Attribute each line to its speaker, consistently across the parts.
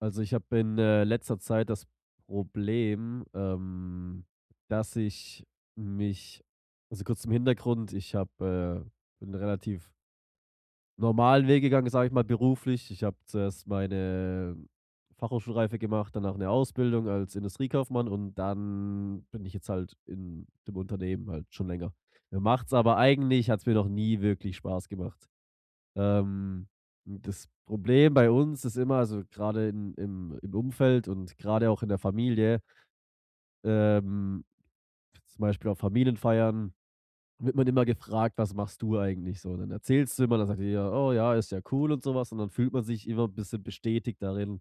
Speaker 1: Also, ich habe in, letzter Zeit das Problem, dass ich mich, also, kurz zum Hintergrund, bin relativ normalen Weg gegangen, sage ich mal, beruflich. Ich habe zuerst meine Fachhochschulreife gemacht, danach eine Ausbildung als Industriekaufmann und dann bin ich jetzt halt in dem Unternehmen halt schon länger. Mir macht's aber eigentlich hat's mir noch nie wirklich Spaß gemacht. Ähm, Das Problem bei uns ist immer, also, gerade in im Umfeld und gerade auch in der Familie, ähm, zum Beispiel auf Familienfeiern wird man immer gefragt: „Was machst du eigentlich so?" Und dann erzählst du immer, dann sagt jeder: „Oh ja, ist ja cool" und sowas. Und dann fühlt man sich immer 'n bisschen bestätigt darin,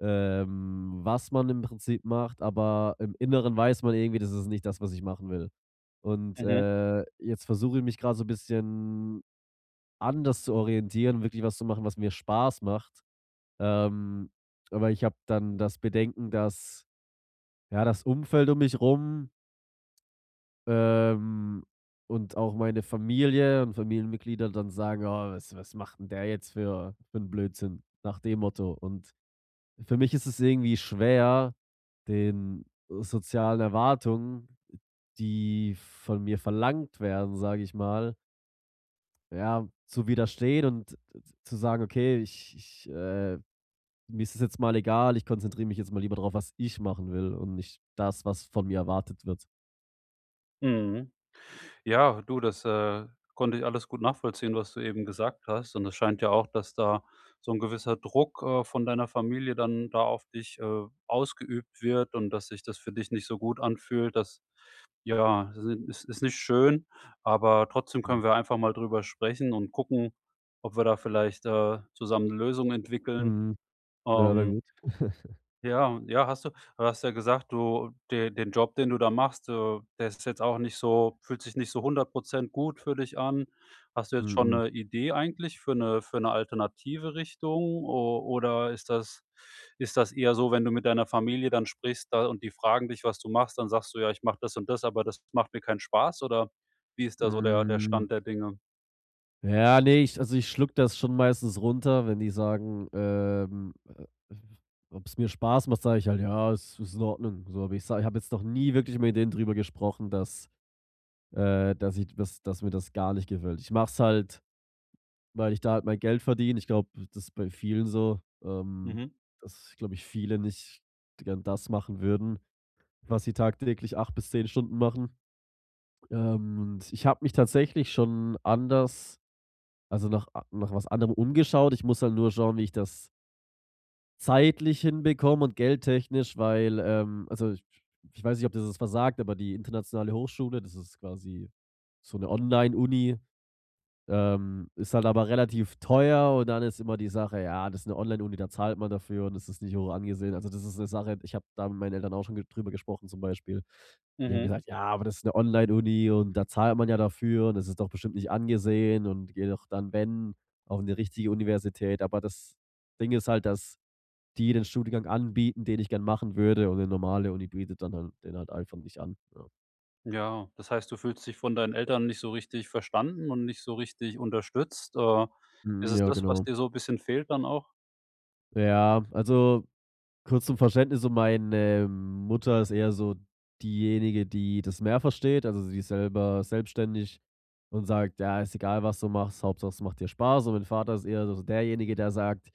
Speaker 1: was man im Prinzip macht, aber im Inneren weiß man irgendwie, das ist nicht das, was ich machen will. Und,
Speaker 2: Mhm.
Speaker 1: jetzt versuche ich mich gerade so 'n bisschen anders zu orientieren, wirklich was zu machen, was mir Spaß macht. Ähm, aber ich habe dann das Bedenken, dass, ja, das Umfeld um mich rum, ähm, und auch meine Familie und Familienmitglieder dann sagen: „Oh, was macht denn der jetzt für 'n Blödsinn?" Nach dem Motto. Und für mich ist es irgendwie schwer, den sozialen Erwartungen, die von mir verlangt werden, sage ich mal, ja, zu widerstehen und zu sagen: „Okay, ich, mir ist es jetzt mal egal, ich konzentriere mich jetzt mal lieber drauf, was ich machen will und nicht das, was von mir erwartet wird."
Speaker 2: Mhm. Ja, du, konnte ich alles gut nachvollziehen, was du eben gesagt hast. Und es scheint ja auch, dass da so ein gewisser Druck, von deiner Familie dann da auf dich, ausgeübt wird und dass sich das für dich nicht so gut anfühlt. Das Ja, es ist nicht schön, aber trotzdem
Speaker 1: Mhm.
Speaker 2: können wir einfach mal drüber sprechen und gucken, ob wir da vielleicht, zusammen 'ne Lösung entwickeln.
Speaker 1: Mhm. Ja, wäre
Speaker 2: Ähm
Speaker 1: gut.
Speaker 2: Ja, ja, hast du du hast ja gesagt, du de den Job, den du da machst, der ist jetzt auch nicht so, fühlt sich nicht so hundert Prozent gut für dich an. Hast du jetzt schon
Speaker 1: Mhm.
Speaker 2: eine Idee eigentlich für eine alternative Richtung, o oder ist das eher so, wenn du mit deiner Familie dann sprichst da und die fragen dich, was du machst, dann sagst du: „Ja, ich mache das und das, aber das macht mir keinen Spaß", oder wie ist da so der
Speaker 1: Hm,
Speaker 2: Stand der Dinge?
Speaker 1: ja, nee, ich, also, ich schluck das schon meistens runter. Wenn die sagen, ob's mir Spaß macht, sage ich halt: „Ja, es ist in Ordnung", so. Aber ich sage, ich habe jetzt noch nie wirklich mit denen drüber gesprochen, dass dass ich, dass mir das gar nicht gefällt. Ich mache es halt, weil ich da halt mein Geld verdiene. Ich glaube, das ist bei vielen so,
Speaker 2: Mhm,
Speaker 1: dass, glaube ich, viele nicht gern das machen würden, was sie tagtäglich 8 bis 10 Stunden machen. Und ich habe mich tatsächlich schon anders, also nach was anderem umgeschaut. Ich muss halt nur schauen, wie ich das zeitlich hinbekomme und geldtechnisch, weil, also ich weiß nicht, ob das was sagt, aber die internationale Hochschule, das ist quasi so eine Online-Uni. Ist halt aber relativ teuer, und dann ist immer die Sache, ja, das ist eine Online-Uni, da zahlt man dafür und es ist nicht hoch angesehen. Also, das ist eine Sache, ich habe da mit meinen Eltern auch schon ge drüber gesprochen, zum Beispiel. Die haben
Speaker 2: mhm.
Speaker 1: gesagt: „Ja, aber das ist eine Online-Uni und da zahlt man ja dafür und das ist doch bestimmt nicht angesehen, und geh doch dann, wenn, auf eine richtige Universität." Aber das Ding ist halt, dass die den Studiengang anbieten, den ich gern machen würde, und eine normale Uni bietet dann halt den halt einfach nicht an. Ja.
Speaker 2: Ja, das heißt, du fühlst dich von deinen Eltern nicht so richtig verstanden und nicht so richtig unterstützt. Ist
Speaker 1: Mhm,
Speaker 2: es
Speaker 1: ja,
Speaker 2: das, was
Speaker 1: genau.
Speaker 2: dir so 'n bisschen fehlt dann auch?
Speaker 1: Ja, also, kurz zum Verständnis, so meine Mutter ist eher so diejenige, die das mehr versteht. Also, sie ist selber selbstständig und sagt: „Ja, ist egal, was du machst, Hauptsache es macht dir Spaß." Und mein Vater ist eher so derjenige, der sagt: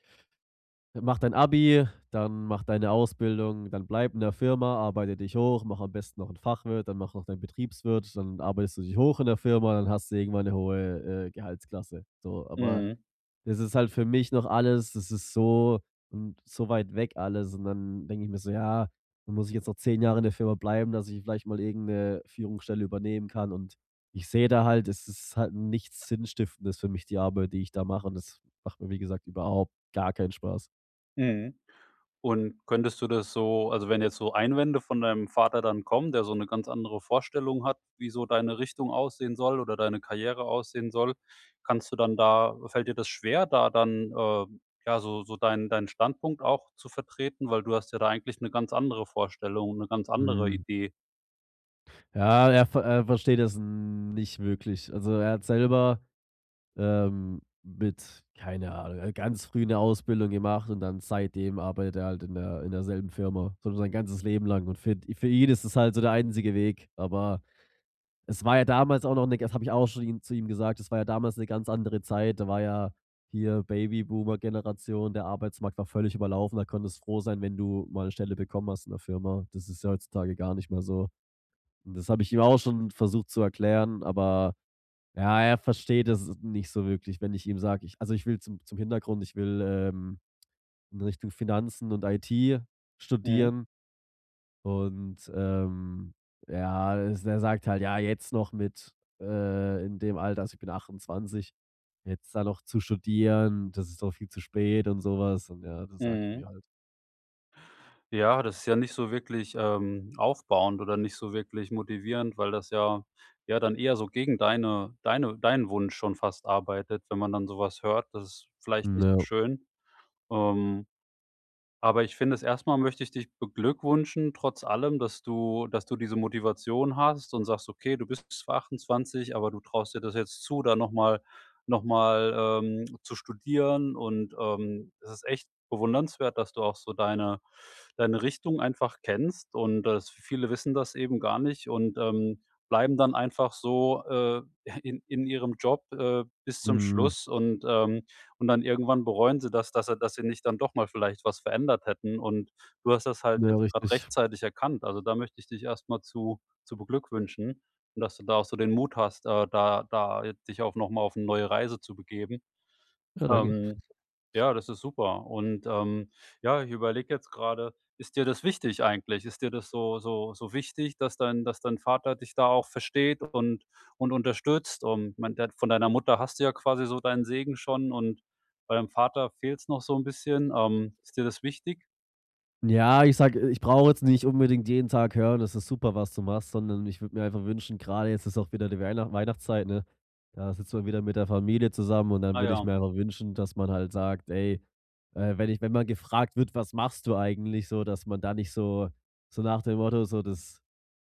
Speaker 1: „Mach dein Abi, dann mach deine Ausbildung, dann bleib in der Firma, arbeite dich hoch, mach am besten noch 'n Fachwirt, dann mach noch deinen Betriebswirt, dann arbeitest du dich hoch in der Firma, dann hast du irgendwann eine hohe, Gehaltsklasse." So, aber
Speaker 2: Mhm,
Speaker 1: das ist halt für mich noch alles, das ist so, und so weit weg alles. Und dann denke ich mir so: „Ja, dann muss ich jetzt noch 10 Jahre in der Firma bleiben, dass ich vielleicht mal irgendeine Führungsstelle übernehmen kann." Und ich sehe da halt, es ist halt nichts Sinnstiftendes für mich, die Arbeit, die ich da mache. Und das macht mir, wie gesagt, überhaupt gar keinen Spaß.
Speaker 2: mhm. Und könntest du das so, also, wenn jetzt so Einwände von deinem Vater dann kommen, der so eine ganz andere Vorstellung hat, wie so deine Richtung aussehen soll oder deine Karriere aussehen soll, kannst du dann da fällt dir das schwer, da dann, ja, so deinen Standpunkt auch zu vertreten? Weil du hast ja da eigentlich eine ganz andere Vorstellung, eine ganz andere
Speaker 1: Mhm.
Speaker 2: Idee.
Speaker 1: Ja, er versteht das nicht wirklich. Also, er hat selber mit, keine Ahnung, ganz früh 'ne Ausbildung gemacht und dann seitdem arbeitet er halt in der, in derselben Firma, so sein ganzes Leben lang, und für ihn ist es halt so der einzige Weg. Aber es war ja damals auch noch 'ne, das habe ich auch schon ihm gesagt, es war ja damals eine ganz andere Zeit. Da war ja hier Babyboomer-Generation, der Arbeitsmarkt war völlig überlaufen, da konntest du froh sein, wenn du mal eine Stelle bekommen hast in der Firma. Das ist ja heutzutage gar nicht mehr so. Und das habe ich ihm auch schon versucht zu erklären, aber ja, er versteht es nicht so wirklich. Wenn ich ihm sage, ich, also, ich will, zum Hintergrund, ich will, in Richtung Finanzen und IT
Speaker 2: Mhm,
Speaker 1: studieren und, ja, es er sagt halt: „Ja, jetzt noch mit, in dem Alter, also, ich bin 28, jetzt da noch zu studieren, das ist doch viel zu spät" und sowas, und ja, das sagt er
Speaker 2: mhm.
Speaker 1: mir halt.
Speaker 2: Ja, das ist ja nicht so wirklich, aufbauend oder nicht so wirklich motivierend, weil das ja ja dann eher so gegen deine deinen Wunsch schon fast arbeitet, wenn man dann sowas hört. Das ist vielleicht nicht
Speaker 1: Ja,
Speaker 2: so schön. Ähm aber ich finde, es erst möchte ich dich beglückwünschen, trotz allem, dass du diese Motivation hast und sagst: „Okay, du bist zwar 28, aber du traust dir das jetzt zu, da noch mal, zu studieren." Und, es ist echt bewundernswert, dass du auch so deine Richtung einfach kennst und dass viele wissen das eben gar nicht und, bleiben dann einfach so, in ihrem Job, bis zum
Speaker 1: mhm,
Speaker 2: Schluss und, und dann irgendwann bereuen sie das, dass sie nicht dann doch mal vielleicht was verändert hätten, und du hast das halt
Speaker 1: ja,
Speaker 2: jetzt gerade
Speaker 1: richtig.
Speaker 2: rechtzeitig erkannt. Also, da möchte ich dich erstmal zu beglückwünschen und dass du da auch so den Mut hast, da jetzt dich auch noch mal auf eine neue Reise zu begeben.
Speaker 1: Ja, danke.
Speaker 2: Ähm, ja, das ist super. Und, ja, ich überlege jetzt gerade: Ist dir das wichtig eigentlich? Ist dir das so wichtig, dass dein Vater dich da auch versteht und unterstützt? Und ich meine, de von deiner Mutter hast du ja quasi so deinen Segen schon, und bei deinem Vater fehlt es noch so ein bisschen. Ist dir das wichtig?
Speaker 1: Ja, ich sag, ich brauche jetzt nicht unbedingt jeden Tag hören, das ist super, was du machst, sondern ich würde mir einfach wünschen, gerade jetzt ist auch wieder die Weihnachtszeit, ne? Da sitzt man wieder mit der Familie zusammen, und dann
Speaker 2: Ah
Speaker 1: würde ich
Speaker 2: ja.
Speaker 1: mir einfach wünschen, dass man halt sagt: „Ey, wenn man gefragt wird: „Was machst du eigentlich so", dass man da nicht so, so nach dem Motto, so das,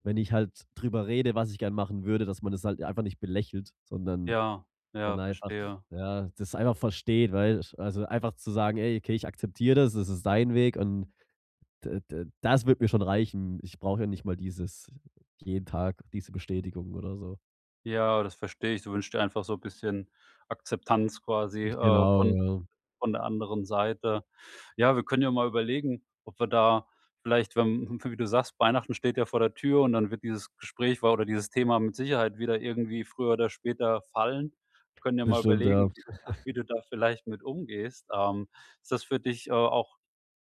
Speaker 1: wenn ich halt drüber rede, was ich gern machen würde, dass man das halt einfach nicht belächelt, sondern
Speaker 2: Ja,
Speaker 1: dann
Speaker 2: ja,
Speaker 1: einfach,
Speaker 2: verstehe.
Speaker 1: ja, das einfach versteht, weil, also einfach zu sagen: „Ey, okay, ich akzeptiere das, das ist dein Weg", und D d das wird mir schon reichen. Ich brauche ja nicht mal dieses jeden Tag diese Bestätigung oder so.
Speaker 2: Ja, das verstehe ich. Du wünschst dir einfach so ein bisschen Akzeptanz quasi,
Speaker 1: Genau,
Speaker 2: von
Speaker 1: ja.
Speaker 2: der anderen Seite. Ja, wir können ja mal überlegen, ob wir da vielleicht, wenn, wie du sagst, Weihnachten steht ja vor der Tür und dann wird dieses Gespräch war oder dieses Thema mit Sicherheit wieder irgendwie früher oder später fallen. Wir können ja mal
Speaker 1: Bestimmt, ja.
Speaker 2: überlegen, wie du da wie du da vielleicht mit umgehst. Ist das für dich, auch,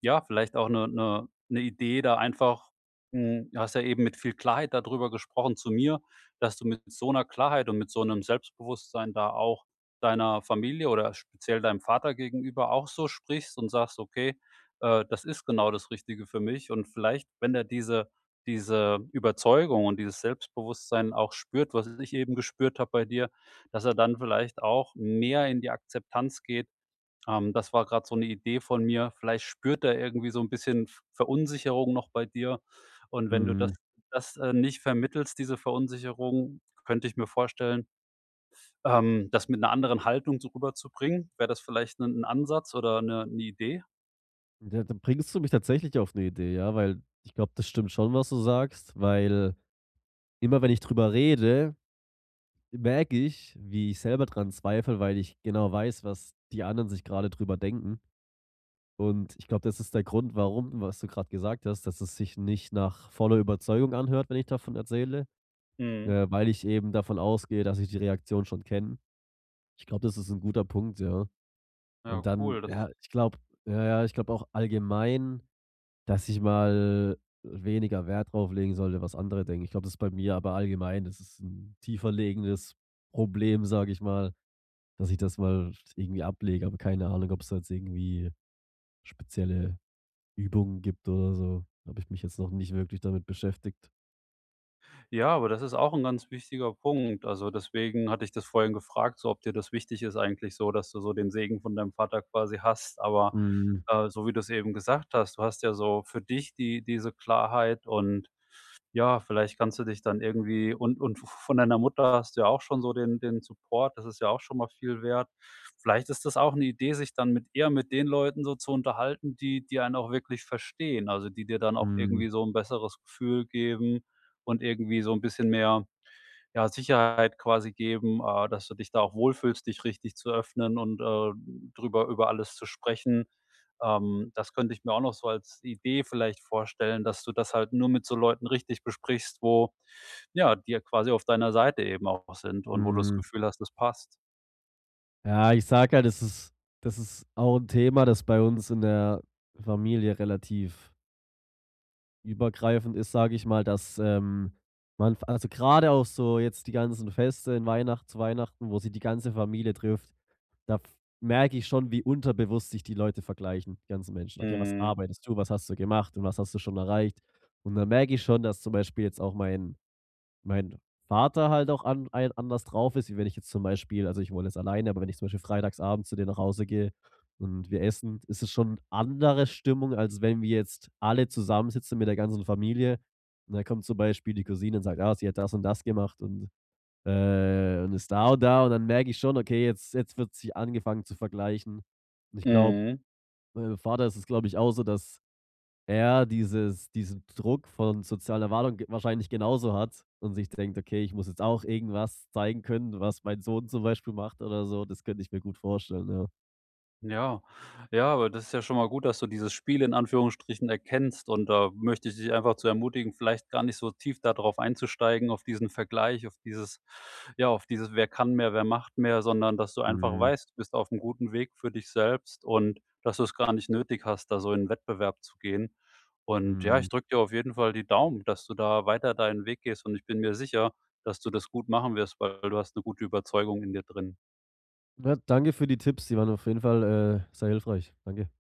Speaker 2: ja, vielleicht auch eine 'ne Idee, da einfach du hast ja eben mit viel Klarheit darüber gesprochen zu mir, dass du mit so einer Klarheit und mit so einem Selbstbewusstsein da auch deiner Familie oder speziell deinem Vater gegenüber auch so sprichst und sagst: „Okay, das ist genau das Richtige für mich." Und vielleicht, wenn er diese Überzeugung und dieses Selbstbewusstsein auch spürt, was ich eben gespürt habe bei dir, dass er dann vielleicht auch mehr in die Akzeptanz geht, das war gerade so eine Idee von mir. Vielleicht spürt er irgendwie so ein bisschen V Verunsicherung noch bei dir. Und wenn du
Speaker 1: Mhm.
Speaker 2: nicht vermittelst, diese Verunsicherung, könnte ich mir vorstellen, das mit einer anderen Haltung so rüberzubringen. Wäre das vielleicht ein 'n Ansatz oder eine 'ne Idee?
Speaker 1: Ja, da bringst du mich tatsächlich auf eine Idee, ja, weil ich glaube, das stimmt schon, was du sagst, weil, immer, wenn ich drüber rede, merke ich, wie ich selber dran zweifle, weil ich genau weiß, was die anderen sich gerade drüber denken. Und ich glaube, das ist der Grund, warum, was du gerade gesagt hast, dass es sich nicht nach voller Überzeugung anhört, wenn ich davon erzähle.
Speaker 2: Mhm.
Speaker 1: Weil ich eben davon ausgehe, dass ich die Reaktion schon kenne. Ich glaube, das ist ein guter Punkt, ja.
Speaker 2: Ja,
Speaker 1: Und dann,
Speaker 2: cool, das
Speaker 1: ja, ja, ich glaube auch allgemein, dass ich mal weniger Wert drauf legen sollte, was andere denken. Ich glaube, das ist bei mir aber allgemein, das ist ein tiefer liegendes Problem, sage ich mal, dass ich das mal irgendwie ablege, aber keine Ahnung, ob es da jetzt irgendwie spezielle Übungen gibt oder so. Habe ich mich jetzt noch nicht wirklich damit beschäftigt.
Speaker 2: Ja, aber das ist auch ein ganz wichtiger Punkt. Also, deswegen hatte ich das vorhin gefragt, so ob dir das wichtig ist eigentlich, so, dass du so den Segen von deinem Vater quasi hast. Aber,
Speaker 1: Mhm,
Speaker 2: so wie du es eben gesagt hast, du hast ja so für dich diese Klarheit und ja, vielleicht kannst du dich dann irgendwie, und von deiner Mutter hast du ja auch schon so den Support, das ist ja auch schon mal viel wert. Vielleicht ist das auch eine Idee, sich dann mit, eher mit den Leuten so zu unterhalten, die einen auch wirklich verstehen, also die dir dann auch
Speaker 1: mhm,
Speaker 2: irgendwie so ein besseres Gefühl geben und irgendwie so ein bisschen mehr, ja, Sicherheit quasi geben, dass du dich da auch wohlfühlst, dich richtig zu öffnen und, drüber über alles zu sprechen. Das könnte ich mir auch noch so als Idee vielleicht vorstellen, dass du das halt nur mit so Leuten richtig besprichst, wo, ja, die ja quasi auf deiner Seite eben auch sind und wo du das
Speaker 1: mhm.
Speaker 2: Gefühl hast, das passt.
Speaker 1: Ja, ich sage halt, das ist auch ein Thema, das bei uns in der Familie relativ übergreifend ist, sage ich mal, dass, man v also, gerade auch so jetzt die ganzen Feste in Weihnachten, wo sich die ganze Familie trifft, da f merke ich schon, wie unterbewusst sich die Leute vergleichen, die ganzen Menschen. Okay, was
Speaker 2: Mhm.
Speaker 1: arbeitest du? Was hast du gemacht und was hast du schon erreicht? Und da merke ich schon, dass zum Beispiel jetzt auch mein Vater halt auch anders drauf ist, wie wenn ich jetzt zum Beispiel, also ich wohne jetzt alleine, aber wenn ich zum Beispiel freitagsabend zu dir nach Hause gehe und wir essen, ist es schon andere Stimmung, als wenn wir jetzt alle zusammensitzen mit der ganzen Familie. Und dann kommt zum Beispiel die Cousine und sagt, ah, sie hat das und das gemacht und ist da und da. Und dann merke ich schon, okay, jetzt wird sich angefangen zu vergleichen. Und ich glaube,
Speaker 2: Mhm.
Speaker 1: meinem Vater ist es, glaube ich, auch so, dass er dieses diesen Druck von sozialen Erwartungen ge wahrscheinlich genauso hat und sich denkt: „Okay, ich muss jetzt auch irgendwas zeigen können, was mein Sohn zum Beispiel macht oder so." Das könnte ich mir gut vorstellen, ja.
Speaker 2: Ja, ja, aber das ist ja schon mal gut, dass du dieses Spiel in Anführungsstrichen erkennst, und da möchte ich dich einfach zu ermutigen, vielleicht gar nicht so tief darauf einzusteigen, auf diesen Vergleich, auf dieses: „Wer kann mehr, wer macht mehr", sondern dass du einfach
Speaker 1: Mhm,
Speaker 2: weißt, du bist auf'm guten Weg für dich selbst und dass du es gar nicht nötig hast, da so in 'n Wettbewerb zu gehen. Und ja,
Speaker 1: mhm.
Speaker 2: ich drücke dir auf jeden Fall die Daumen, dass du da weiter deinen Weg gehst, und ich bin mir sicher, dass du das gut machen wirst, weil du hast eine gute Überzeugung in dir drin.
Speaker 1: Ja, danke für die Tipps, die waren auf jeden Fall, sehr hilfreich. Danke.